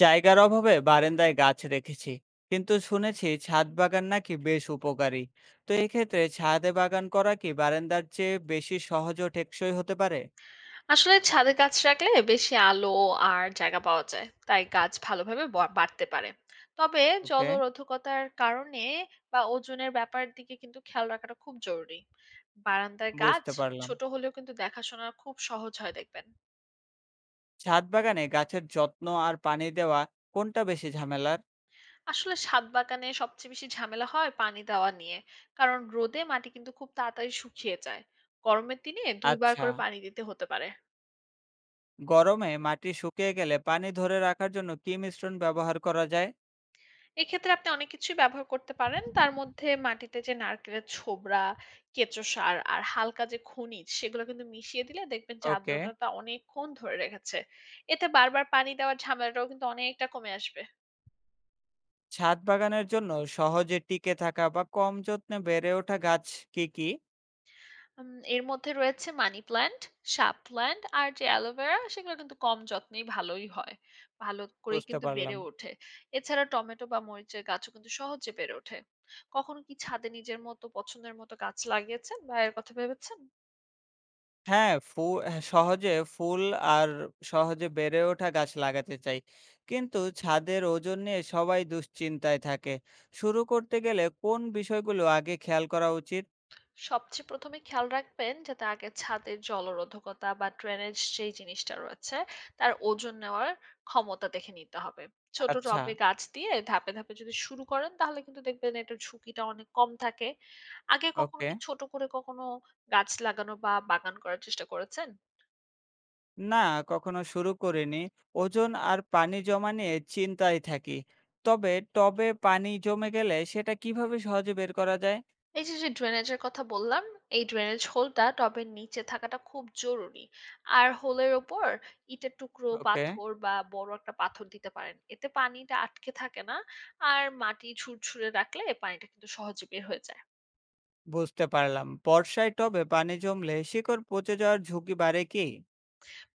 জায়গার অভাবে বারান্দায় গাছ রেখেছি। কিন্তু শুনেছি ছাদ বাগান নাকি বেশ উপকারী। তো এক্ষেত্রে ছাদে বাগান করা কি বারান্দার চেয়ে বেশি সহজ ও টেকসই হতে পারে? আসলে ছাদে গাছ রাখলে বেশি আলো আর জায়গা পাওয়া যায়, তাই গাছ ভালোভাবে বাড়তে পারে। তবে ওকে। জলরোধকতার কারণে বা ওজনের ব্যাপার দিকে কিন্তু খেয়াল রাখাটা খুব জরুরি। বারান্দার গাছ বুঝতে পারলাম। ছোট হলেও কিন্তু দেখাশোনা খুব সহজ হয়, দেখবেন। ছাদ বাগানে গাছের যত্ন আর পানি দেওয়া কোনটা বেশি ঝামেলার? আসলে ছাদ বাগানে সবচেয়ে বেশি ঝামেলা হয় পানি দেওয়া নিয়ে, কারণ রোদে মাটি কিন্তু খুব তাড়াতাড়ি শুকিয়ে যায়। গরমের দিনে দুইবার আচ্ছা, করে পানি দিতে হতে পারে। গরমে মাটি শুকিয়ে গেলে পানি ধরে রাখার জন্য কি মিশ্রণ ব্যবহার করা যায়? এক্ষেত্রে আপনি অনেক কিছুই ব্যবহার করতে পারেন। তার মধ্যে মাটিতে যে নারকেলের ছোবড়া, কেঁচো সার আর হালকা যে খনিজ, সেগুলো কিন্তু মিশিয়ে দিলে দেখবেন যে ওকে। আর্দ্রতাটা অনেকক্ষণ ধরে রেখেছে। এতে বারবার পানি দেওয়ার ঝামেলাটাও কিন্তু অনেকটা কমে আসবে। ছাদ বাগানের জন্য সহজে টিকে থাকা বা কম যত্নে বেড়ে ওঠা গাছ কি কি? এর মধ্যে রয়েছে মানি প্ল্যান্ট, সাপ প্ল্যান্ট আর যে অ্যালোভেরা, সেগুলো কিন্তু কম যত্নেই ভালোই হয়। ভালো করেই বুঝতে কিন্তু পারলাম। বেড়ে ওঠে। এছাড়া টমেটো বা মরিচের গাছও কিন্তু সহজে বেড়ে ওঠে। কখনো কি ছাদে নিজের মতো পছন্দের মতো গাছ লাগিয়েছেন বা এর কথা ভেবেছেন? হ্যাঁ, ফু হ্যাঁ, সহজে ফুল আর সহজে বেড়ে ওঠা গাছ লাগাতে চাই। কিন্তু ছাদের ওজন নিয়ে সবাই দুশ্চিন্তায় থাকে। শুরু করতে গেলে কোন বিষয়গুলো আগে খেয়াল করা উচিত? সবচেয়ে ১ম এ খেয়াল রাখবেন যাতে আগে ছাদের জলরোধকতা বা ড্রেনেজ যেই জিনিসটা রয়েছে তার ওজন নেওয়ার ক্ষমতা দেখে নিতে হবে। ছোট আচ্ছা। টবে গাছ দিয়ে ধাপে, ধাপে যদি শুরু করেন তাহলে কিন্তু দেখবেন এটার ঝুঁকিটা অনেক কম থাকে। আগে কখনো ওকে। কি ছোট করে কখনো গাছ লাগানো বা বাগান করার চেষ্টা করেছেন? না, কখনো শুরু করিনি। ওজন আর পানি জমা নিয়ে চিন্তায় থাকি। তবে টবে পানি জমে গেলে সেটা কিভাবে সহজে বের করা যায়? এই যে, যে ড্রেনেজের কথা বললাম, এই ড্রেনেজ হোলটা টবের নিচে থাকাটা খুব জরুরি। আর হোলের ওপর ইটের টুকরো, ওকে। পাথর বা বড় একটা পাথর দিতে পারেন। এতে পানিটা আটকে থাকে না। আর মাটি ঝুরঝুরে রাখলে পানিটা কিন্তু সহজে বের হয়ে যায়। বুঝতে পারলাম। বর্ষায় টবে পানি জমলে শিকড় পচে যাওয়ার ঝুঁকি বাড়ে কি?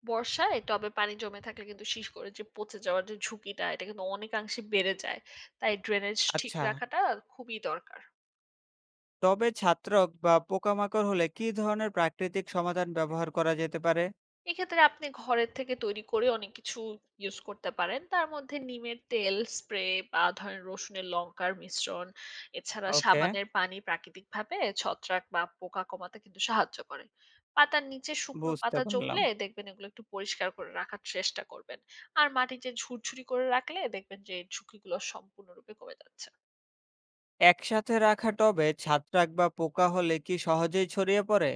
বর্ষায় টবে পানি জমে থাকলে কিন্তু শীষ করে যে পচে যাওয়ার যে ঝুঁকিটা, এটা কিন্তু অনেকাংশে বেড়ে যায়। তাই ড্রেনেজ ঠিক আচ্ছা। রাখাটা খুবই দরকার। তবে ছত্রাক বা পোকামাকড় হলে কি ধরনের প্রাকৃতিক সমাধান ব্যবহার করা যেতে পারে? এক্ষেত্রে আপনি ঘরের থেকে তৈরি করে অনেক কিছু ইউজ করতে পারেন। তার মধ্যে নিমের তেল স্প্রে বা ধরেন রসুনের লঙ্কার মিশ্রণ, এছাড়া ওকে। সাবানের পানি প্রাকৃতিকভাবে ছত্রাক বা পোকা কমাতে কিন্তু সাহায্য করে। পাতার নিচে শুকনো বুঝতে পাতা পারলাম। জমলে দেখবেন এগুলো একটু পরিষ্কার করে রাখার চেষ্টা করবেন। আর মাটিতে ঝুরঝুরি করে রাখলে দেখবেন যে এই ঝুঁকিগুলো সম্পূর্ণরূপে কমে যাচ্ছে। একসাথে রাখা টবে ছত্রাক বা পোকা হলে কি সহজেই ছড়িয়ে পড়ে?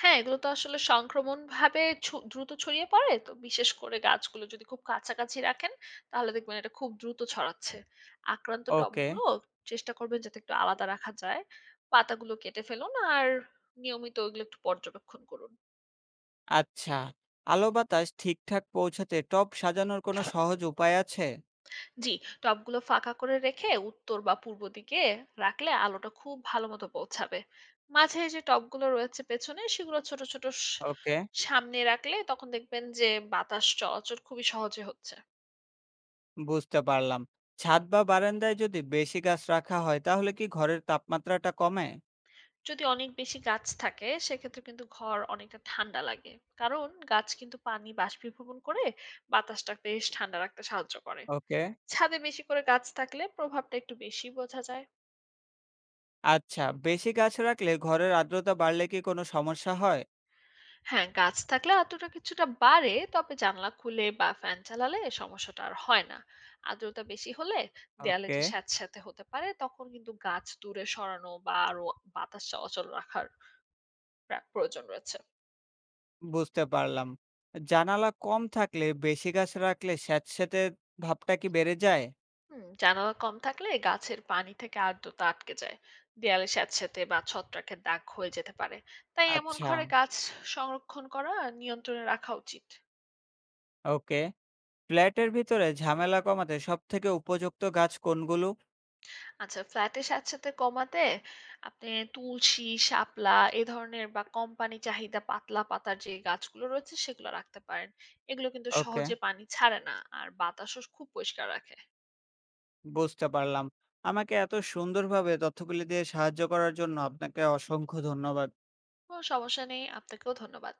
হ্যাঁ, এগুলো তো আসলে সংক্রমণভাবে দ্রুত ছড়িয়ে পড়ে। তো বিশেষ করে গাছগুলো যদি খুব কাছাকাছি রাখেন, তাহলে দেখবেন এটা খুব দ্রুত ছড়াচ্ছে। আক্রান্ত ওকে। টবগুলো চেষ্টা করবেন যাতে একটু আলাদা রাখা যায়। পাতাগুলো কেটে ফেলুন আর নিয়মিত ওগুলো একটু পর্যবেক্ষণ করুন। আচ্ছা, আলো বাতাস ঠিকঠাক পৌঁছাতে টব সাজানোর কোনো সহজ উপায় আছে? জি, টবগুলো ফাঁকা করে রেখে উত্তর বা পূর্ব দিকে রাখলে আলোটা খুব ভালোমতো পৌঁছাবে। মাঝে যে টবগুলো রয়েছে পেছনে সেগুলো ছোট, ছোট, ওকে। সামনে রাখলে তখন দেখবেন যে বাতাস চলাচল খুবই সহজে হচ্ছে। বুঝতে পারলাম। ছাদ বা বারান্দায় যদি বেশি গাছ রাখা হয় তাহলে কি ঘরের তাপমাত্রাটা কমে? যদি অনেক বেশি গাছ থাকে সেক্ষেত্রে কিন্তু ঘর অনেকটা ঠান্ডা লাগে, কারণ গাছ কিন্তু পানি বাষ্পীভবন করে বাতাসটা বেশ ঠান্ডা রাখতে সাহায্য করে। ওকে। ছাদে বেশি করে গাছ থাকলে প্রভাবটা একটু বেশি বোঝা যায়। আচ্ছা, বেশি গাছ রাখলে ঘরের আর্দ্রতা বাড়লে কি কোনো সমস্যা হয়? হ্যাঁ, গাছ থাকলে আর্দ্রতা কিছুটা বাড়ে, তবে জানলা খুলে বা ফ্যান চালালে সমস্যাটা আর হয় না। আর্দ্রতা বেশি হলে দেয়ালে ওকে। যে স্যাঁতস্যাঁতে হতে পারে, তখন কিন্তু গাছ দূরে সরানো বা আরো বাতাস চলাচল রাখার প্রয়োজন রয়েছে। বুঝতে পারলাম। জানালা কম থাকলে বেশি গাছ রাখলে স্যাঁতসেঁতে ভাবটা কি বেড়ে যায়? জানালা কম থাকলে গাছের পানি থেকে আর্দ্রতা আটকে যায়, দেয়ালে স্যাঁতসেঁতে বা ছত্রাকের দাগ হয়ে যেতে পারে। তাই এমন আচ্ছা, ঘরে গাছ সংরক্ষণ করা আর নিয়ন্ত্রণে রাখা উচিত। ওকে। ফ্ল্যাটের ভিতরে ঝামেলা কমাতে সবথেকে উপযুক্ত গাছ কোনগুলো? আচ্ছা, ফ্ল্যাটে স্যাঁতসেঁতে কমাতে আপনি তুলসী, শাপলা এ ধরনের বা কম পানি চাহিদা পাতলা পাতার যে গাছগুলো রয়েছে সেগুলো রাখতে পারেন। এগুলো কিন্তু ওকে, সহজে পানি ছাড়ে না আর বাতাসও খুব পরিষ্কার রাখে। বুঝতে পারলাম। আমাকে এত সুন্দরভাবে তথ্যগুলি দিয়ে সাহায্য করার জন্য আপনাকে অসংখ্য ধন্যবাদ। কোনো সমস্যা নেই, আপনাকেও ধন্যবাদ।